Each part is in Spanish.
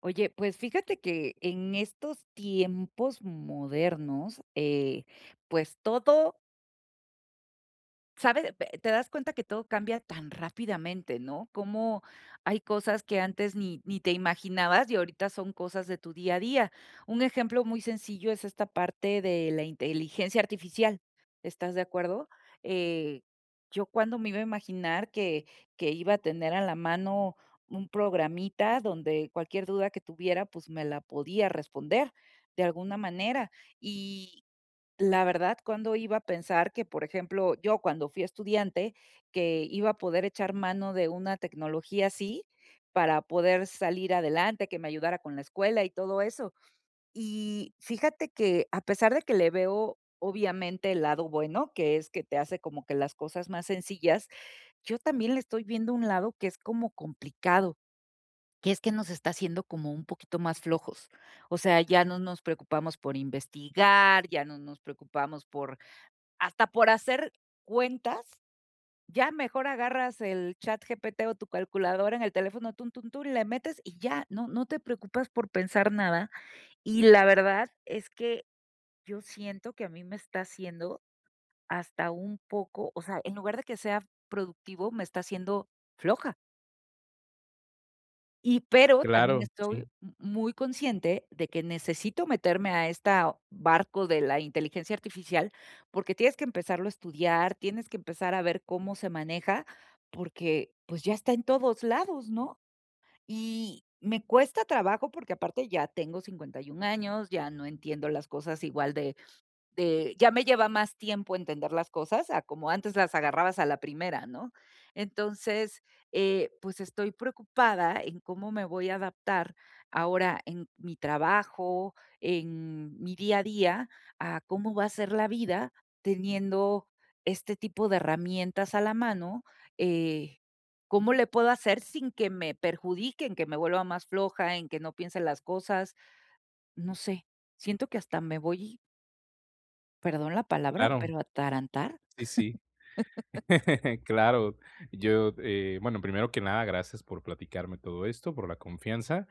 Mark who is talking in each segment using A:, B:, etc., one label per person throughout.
A: Oye, pues fíjate que en estos tiempos modernos, pues todo, ¿sabes? Pe te das cuenta que todo cambia tan rápidamente, ¿no? Como hay cosas que antes ni te imaginabas y ahorita son cosas de tu día a día. Un ejemplo muy sencillo es esta parte de la inteligencia artificial, ¿estás de acuerdo? Eh, yo cuando me iba a imaginar que iba a tener a la mano un programita donde cualquier duda que tuviera, pues, me la podía responder de alguna manera. Y la verdad, cuando iba a pensar que, por ejemplo, yo cuando fui estudiante, ¿que iba a poder echar mano de una tecnología así para poder salir adelante, que me ayudara con la escuela y todo eso? Y fíjate que a pesar de que le veo obviamente el lado bueno, que es que te hace como que las cosas más sencillas, yo también le estoy viendo un lado que es como complicado, que es que nos está haciendo como un poquito más flojos. O sea, ya no nos preocupamos por investigar, ya no nos preocupamos por hasta por hacer cuentas, ya mejor agarras el chat ChatGPT o tu calculadora en el teléfono, tun, tun, tun, y le metes y ya, no te preocupas por pensar nada. Y la verdad es que yo siento que a mí me está haciendo hasta un poco, o sea, en lugar de que sea productivo, me está haciendo floja. Y pero también
B: Claro, sí,
A: estoy m muy consciente de que necesito meterme a este barco de la inteligencia artificial, porque tienes que empezarlo a estudiar, tienes que empezar a ver cómo se maneja, porque, pues, ya está en todos lados, ¿no? Y me cuesta trabajo porque aparte ya tengo 51 años, ya no entiendo las cosas igual de ya me lleva más tiempo entender las cosas a como antes las agarrabas a la primera, ¿no? Entonces, pues estoy preocupada en cómo me voy a adaptar ahora en mi trabajo, en mi día a día, a cómo va a ser la vida teniendo este tipo de herramientas a la mano, eh, ¿cómo le puedo hacer sin que me perjudiquen, que me vuelva más floja, en que no piense las cosas? No sé, siento que hasta me voy, perdón la palabra,
B: claro,
A: pero atarantar.
B: sí, sí, claro. Yo, bueno, primero que nada, gracias por platicarme todo esto, por la confianza.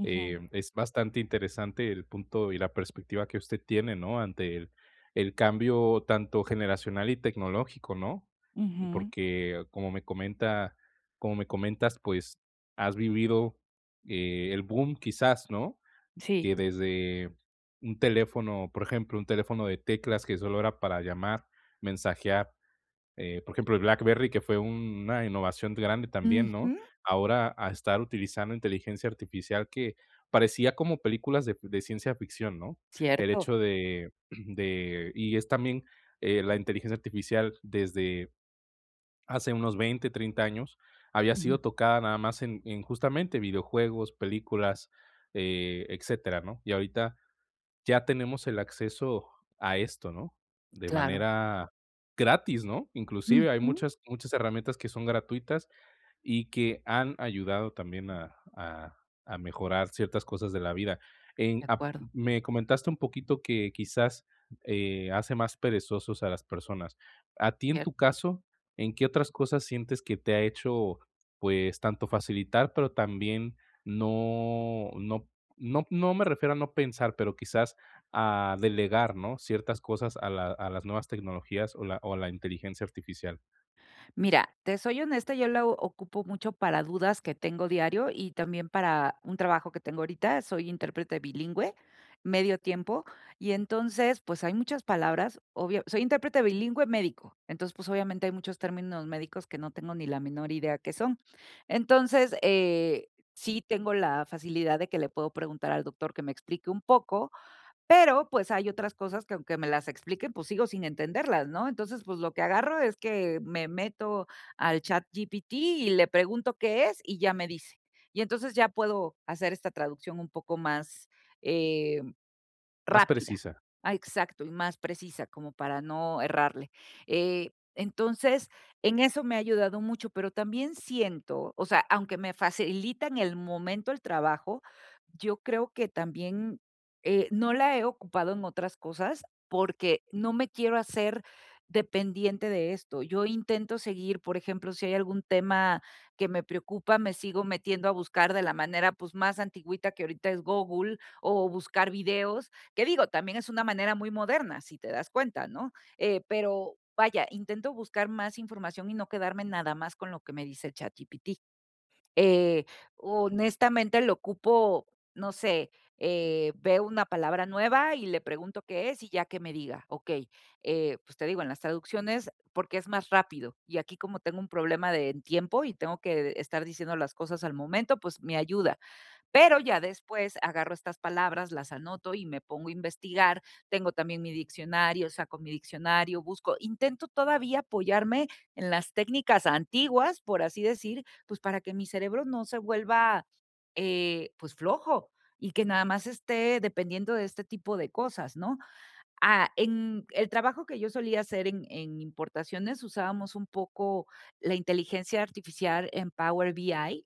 A: Ujú,
B: Es bastante interesante el punto y la perspectiva que usted tiene, ¿no? Ante el cambio tanto generacional y tecnológico, ¿no?
A: ujú.
B: Porque como me comentas, pues has vivido el boom, quizás, ¿no?
A: Sí.
B: Que desde un teléfono, por ejemplo, un teléfono de teclas que solo era para llamar, mensajear, por ejemplo, el BlackBerry, que fue una innovación grande también, ¿no?
A: Ujú.
B: Ahora a estar utilizando inteligencia artificial que parecía como películas de ciencia ficción, ¿no? El
A: Cierto.
B: hecho de, de y es también la inteligencia artificial desde hace unos 20, 30 años, había
A: Ujú.
B: sido tocada nada más en justamente videojuegos, películas, etcétera, ¿no? Y ahorita ya tenemos el acceso a esto, ¿no? De
A: Claro.
B: manera gratis, ¿no? Inclusive hay
A: Ujú.
B: muchas, muchas herramientas que son gratuitas y que han ayudado también a mejorar ciertas cosas de la vida. En-
A: De
B: ap-
A: acuerdo.
B: Me comentaste un poquito que quizás hace más perezosos a las personas. A ti en tu caso, ¿en qué otras cosas sientes que te ha hecho, pues, tanto facilitar, pero también no, no, no me refiero a no pensar, pero quizás a delegar, ¿no?, ciertas cosas a la a las nuevas tecnologías o la inteligencia artificial.
A: Mira, te soy honesta, yo la o- ocupo mucho para dudas que tengo diario y también para un trabajo que tengo ahorita. Soy intérprete bilingüe, medio tiempo, y entonces, pues hay muchas palabras. Obvio, soy intérprete bilingüe médico, entonces, pues obviamente hay muchos términos médicos que no tengo ni la menor idea qué son. Entonces, sí tengo la facilidad de que le puedo preguntar al doctor que me explique un poco, pero, pues, hay otras cosas que aunque me las expliquen, pues, sigo sin entenderlas, ¿no? Entonces, pues, lo que agarro es que me meto al ChatGPT y le pregunto qué es, y ya me dice. Y entonces ya puedo hacer esta traducción un poco más, eh
B: Más
A: rápida.
B: precisa.
A: Ah, exacto, y más precisa, como para no errarle. Entonces, en eso me ha ayudado mucho, pero también siento, o sea, aunque me facilita en el momento el trabajo, yo creo que también, no la he ocupado en otras cosas, porque no me quiero hacer dependiente de esto. Yo intento seguir, por ejemplo, si hay algún tema que me preocupa, me sigo metiendo a buscar de la manera, pues, más antigüita que ahorita es Google, o buscar videos, que digo, también es una manera muy moderna, si te das cuenta, ¿no? Pero vaya, intento buscar más información y no quedarme nada más con lo que me dice ChatGPT. Eh, honestamente lo ocupo, no sé, veo una palabra nueva y le pregunto qué es y ya que me diga, ok, pues te digo, en las traducciones, porque es más rápido y aquí como tengo un problema de en tiempo y tengo que estar diciendo las cosas al momento, pues me ayuda. Pero ya después agarro estas palabras, las anoto y me pongo a investigar. Tengo también mi diccionario, saco mi diccionario, busco, intento todavía apoyarme en las técnicas antiguas, por así decir, pues para que mi cerebro no se vuelva, pues flojo y que nada más esté dependiendo de este tipo de cosas, ¿no? Ah, en el trabajo que yo solía hacer en importaciones usábamos un poco la inteligencia artificial en Power BI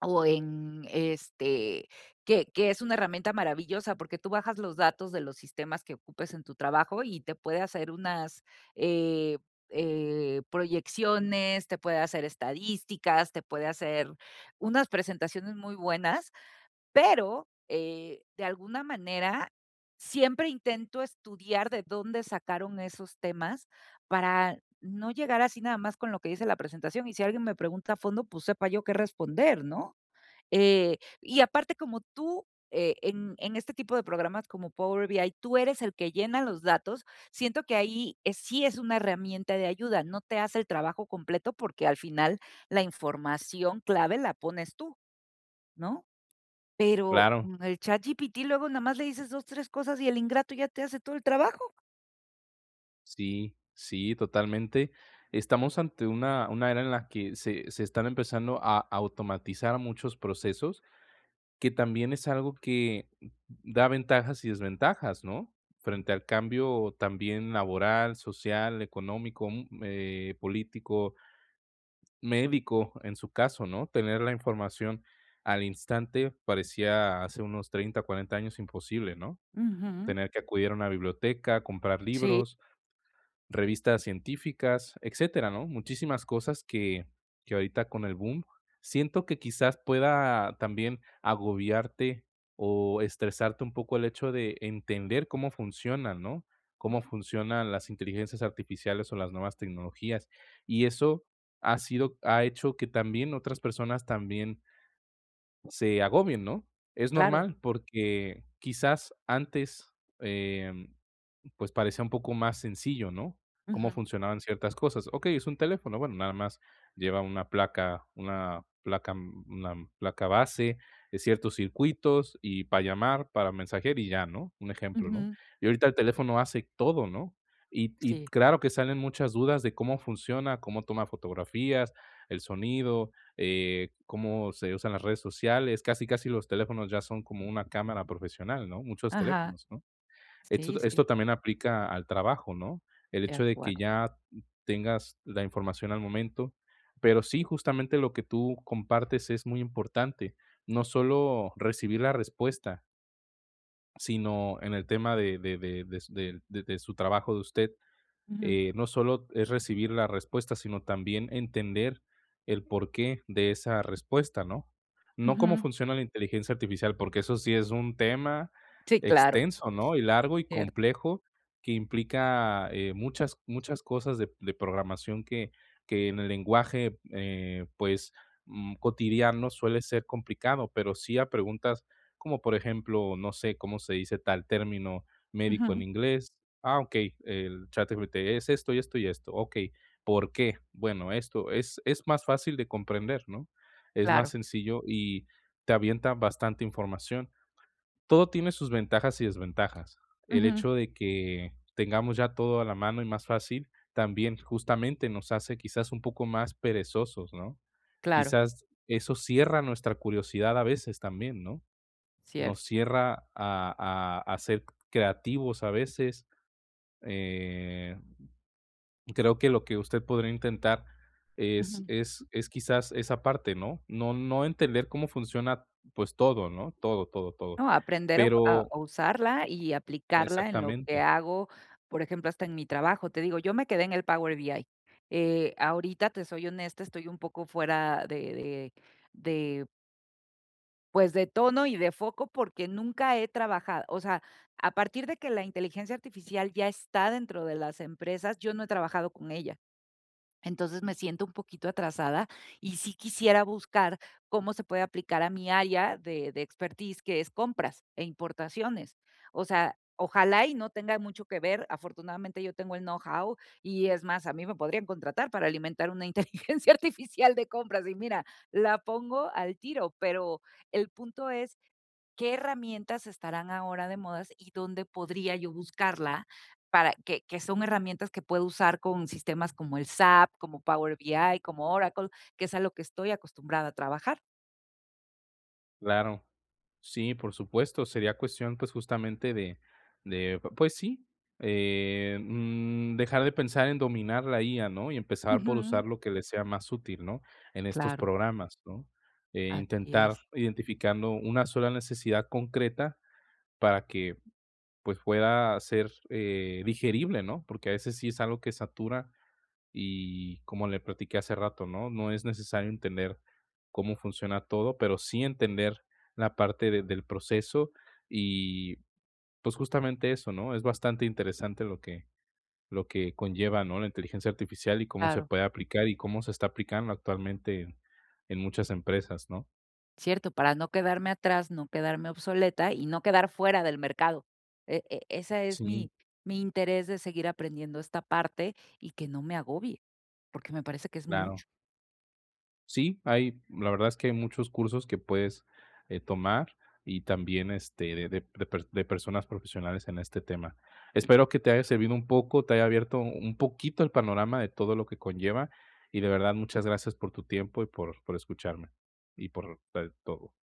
A: o en, este, que es una herramienta maravillosa, porque tú bajas los datos de los sistemas que ocupes en tu trabajo y te puede hacer unas, eh proyecciones, te puede hacer estadísticas, te puede hacer unas presentaciones muy buenas, pero, de alguna manera, siempre intento estudiar de dónde sacaron esos temas para no llegar así nada más con lo que dice la presentación, y si alguien me pregunta a fondo, pues, sepa yo qué responder, ¿no? Y aparte, como tú, en este tipo de programas como Power BI, tú eres el que llena los datos, siento que ahí, sí es una herramienta de ayuda, no te hace el trabajo completo, porque al final la información clave la pones tú, ¿no? Pero
B: Claro.
A: con el ChatGPT luego nada más le dices 2 3 cosas y el ingrato ya te hace todo el trabajo.
B: Sí, sí, totalmente. Estamos ante una era en la que se están empezando a automatizar muchos procesos, que también es algo que da ventajas y desventajas, ¿no?, frente al cambio también laboral, social, económico, político, médico en su caso, ¿no? Tener la información al instante parecía hace unos 30, 40 años imposible, ¿no?
A: Ujú.
B: Tener que acudir a una biblioteca, comprar
A: Sí,
B: libros, revistas científicas, etcétera, ¿no? Muchísimas cosas que ahorita con el boom, siento que quizás pueda también agobiarte o estresarte un poco el hecho de entender cómo funcionan, ¿no? Cómo funcionan las inteligencias artificiales o las nuevas tecnologías. Y eso ha hecho que también otras personas también se agobien, ¿no? Es
A: claro.
B: normal porque quizás antes, em, pues, parecía un poco más sencillo, ¿no? Cómo
A: Ujú,
B: funcionaban ciertas cosas. Okey, es un teléfono, bueno, nada más lleva una placa placa base, ciertos circuitos y para llamar, para mensajear y ya, ¿no? Un ejemplo, ¿no?
A: ujú.
B: Y ahorita el teléfono hace todo, ¿no? Y
A: Sí,
B: claro que salen muchas dudas de cómo funciona, cómo toma fotografías, el sonido, cómo se usan las redes sociales. Casi, casi los teléfonos ya son como una cámara profesional, ¿no? Muchos
A: ajá,
B: teléfonos, ¿no?
A: sí, sí,
B: Esto también aplica al trabajo, ¿no? El
A: de
B: hecho de que
A: acuerdo.
B: ya tengas la información al momento, pero sí, justamente lo que tú compartes es muy importante, no solo recibir la respuesta, sino en el tema de su trabajo de usted,
A: Ujú,
B: no solo es recibir la respuesta, sino también entender el porqué de esa respuesta, ¿no? No cómo
A: ujú.
B: funciona la inteligencia artificial, porque eso sí es un tema
A: Sí, claro,
B: extenso, ¿no? Y largo y
A: cierto,
B: complejo que implica muchas, muchas cosas de programación que en el lenguaje, pues, cotidiano suele ser complicado, pero sí a preguntas como, por ejemplo, no sé cómo se dice tal término médico
A: ujú.
B: en inglés. Ah, okey, el ChatGPT es esto y esto y esto. Okey, ¿por qué? Bueno, esto es más fácil de comprender, ¿no? Es más
A: Claro,
B: sencillo y te avienta bastante información. Todo tiene sus ventajas y desventajas. El
A: ujú,
B: hecho de que tengamos ya todo a la mano y más fácil, también justamente nos hace quizás un poco más perezosos, ¿no?
A: claro,
B: Quizás eso cierra nuestra curiosidad a veces también, ¿no? Nos
A: cierto.
B: cierra a ser creativos a veces, eh, creo que lo que usted podría intentar
A: Ujú.
B: es quizás esa parte, ¿no? No entender cómo funciona, pues, todo, ¿no? Todo, todo, todo.
A: No, aprender a a
B: Pero
A: a usarla y aplicarla en lo que
B: exactamente,
A: hago, por ejemplo, hasta en mi trabajo. Te digo, yo me quedé en el Power BI. Ahorita, te soy honesta, estoy un poco fuera de, pues, de tono y de foco, porque nunca he trabajado, o sea, a partir de que la inteligencia artificial ya está dentro de las empresas, yo no he trabajado con ella. Entonces me siento un poquito atrasada y sí quisiera buscar cómo se puede aplicar a mi área de expertise, que es compras e importaciones. O sea, ojalá y no tenga mucho que ver. Afortunadamente yo tengo el know-how y es más, a mí me podrían contratar para alimentar una inteligencia artificial de compras y mira, la pongo al tiro, pero el punto es ¿qué herramientas estarán ahora de modas y dónde podría yo buscarla? Para que son herramientas que puedo usar con sistemas como el SAP, como Power BI, como Oracle, que es a lo que estoy acostumbrada a trabajar.
B: claro. Sí, por supuesto, sería cuestión, pues, justamente de, pues sí, dejar de pensar en dominar la IA, ¿no? Y empezar
A: Ujú.
B: por usar lo que le sea más útil, ¿no? En estos
A: Claro,
B: programas, ¿no?
A: así
B: Intentar
A: es,
B: identificando una sola necesidad concreta. Para que, pues, pueda ser, digerible, ¿no? Porque a veces sí es algo que satura y como le platiqué hace rato, ¿no? No es necesario entender cómo funciona todo, pero sí entender la parte de del proceso y, pues, justamente eso, ¿no? Es bastante interesante lo que conlleva, ¿no? La inteligencia artificial y cómo se
A: claro,
B: puede aplicar y cómo se está aplicando actualmente en muchas empresas, ¿no?
A: cierto, para no quedarme atrás, no quedarme obsoleta y no quedar fuera del mercado. E- e- ese es
B: Sí,
A: mi, mi interés de seguir aprendiendo esta parte y que no me agobie, porque me parece que es
B: claro.
A: mucho.
B: Sí, hay, la verdad es que hay muchos cursos que puedes tomar y también este, de personas profesionales en este tema. Espero que te haya servido un poco, te haya abierto un poquito el panorama de todo lo que conlleva y de verdad muchas gracias por tu tiempo por escucharme y por todo.